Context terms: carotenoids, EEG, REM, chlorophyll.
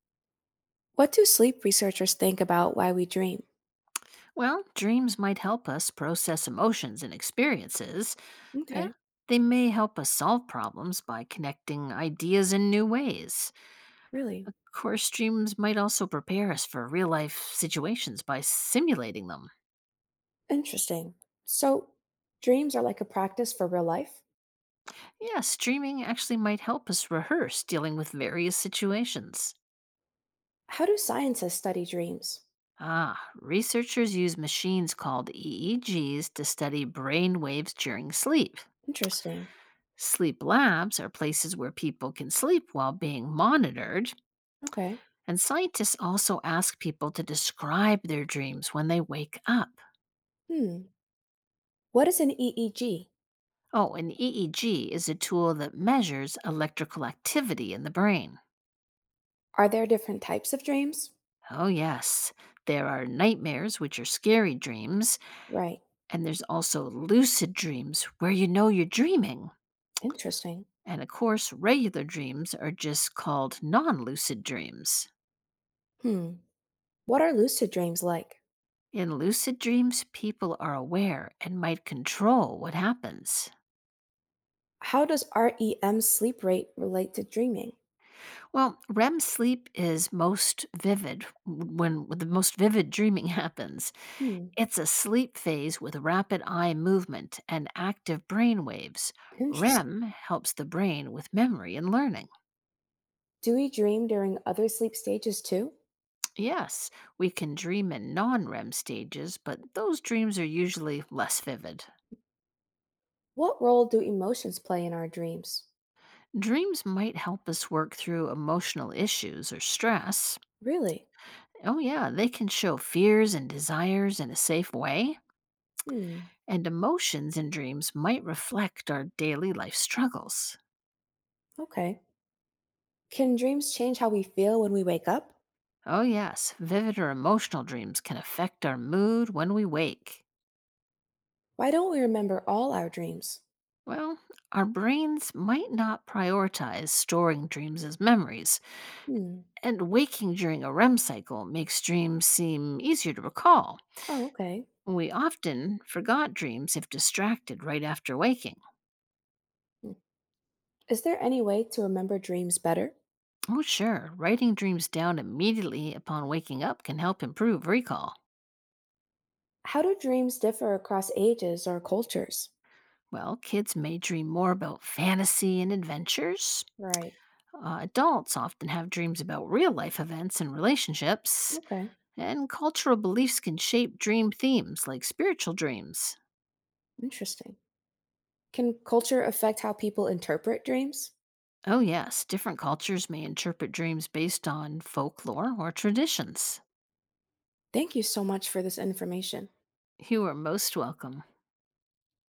What do sleep researchers think about why we dream? Well, dreams might help us process emotions and experiences. Eh, Okay, They may help us solve problems by connecting ideas in new ways. really Of course, dreams might also prepare us for real life situations by simulating them. interesting. So, dreams are like a practice for real life? Yes, dreaming actually might help us rehearse dealing with various situations. How do scientists study dreams? Researchers use machines called EEGs to study brain waves during sleep. Interesting. Sleep labs are places where people can sleep while being monitored. Okay. And scientists also ask people to describe their dreams when they wake up. Hmm. What is an EEG? Oh, an EEG is a tool that measures electrical activity in the brain. Are there different types of dreams? Oh, yes. There are nightmares, which are scary dreams, Right. and there's also lucid dreams where you know you're dreaming. Interesting. And of course, regular dreams are just called non lucid dreams. Hmm. What are lucid dreams like? In lucid dreams, people are aware and might control what happens. How does REM sleep rate relate to dreaming? Well, REM sleep is most vivid when the most vivid dreaming happens. Hmm. It's a sleep phase with rapid eye movement and active brain waves. REM Interesting. helps the brain with memory and learning. Do we dream during other sleep stages too? Yes, we can dream in non REM stages, but those dreams are usually less vivid. What role do emotions play in our dreams? Dreams might help us work through emotional issues or stress. Really? Oh, yeah, they can show fears and desires in a safe way, Hmm. and emotions in dreams might reflect our daily life struggles. Okay. Can dreams change how we feel when we wake up? Oh, yes, vivid or emotional dreams can affect our mood when we wake. Why don't we remember all our dreams? Well, our brains might not prioritize storing dreams as memories, Hmm. and waking during a REM cycle makes dreams seem easier to recall. Oh, okay. We often forgot dreams if distracted right after waking. Hmm. Is there any way to remember dreams better? Oh, sure, writing dreams down immediately upon waking up can help improve recall. How do dreams differ across ages or cultures? Well, kids may dream more about fantasy and adventures. Right. Adults often have dreams about real life events and relationships, Okay. and cultural beliefs can shape dream themes like spiritual dreams. Interesting. Can culture affect how people interpret dreams? Oh, yes, different cultures may interpret dreams based on folklore or traditions. Thank you so much for this information. You are most welcome.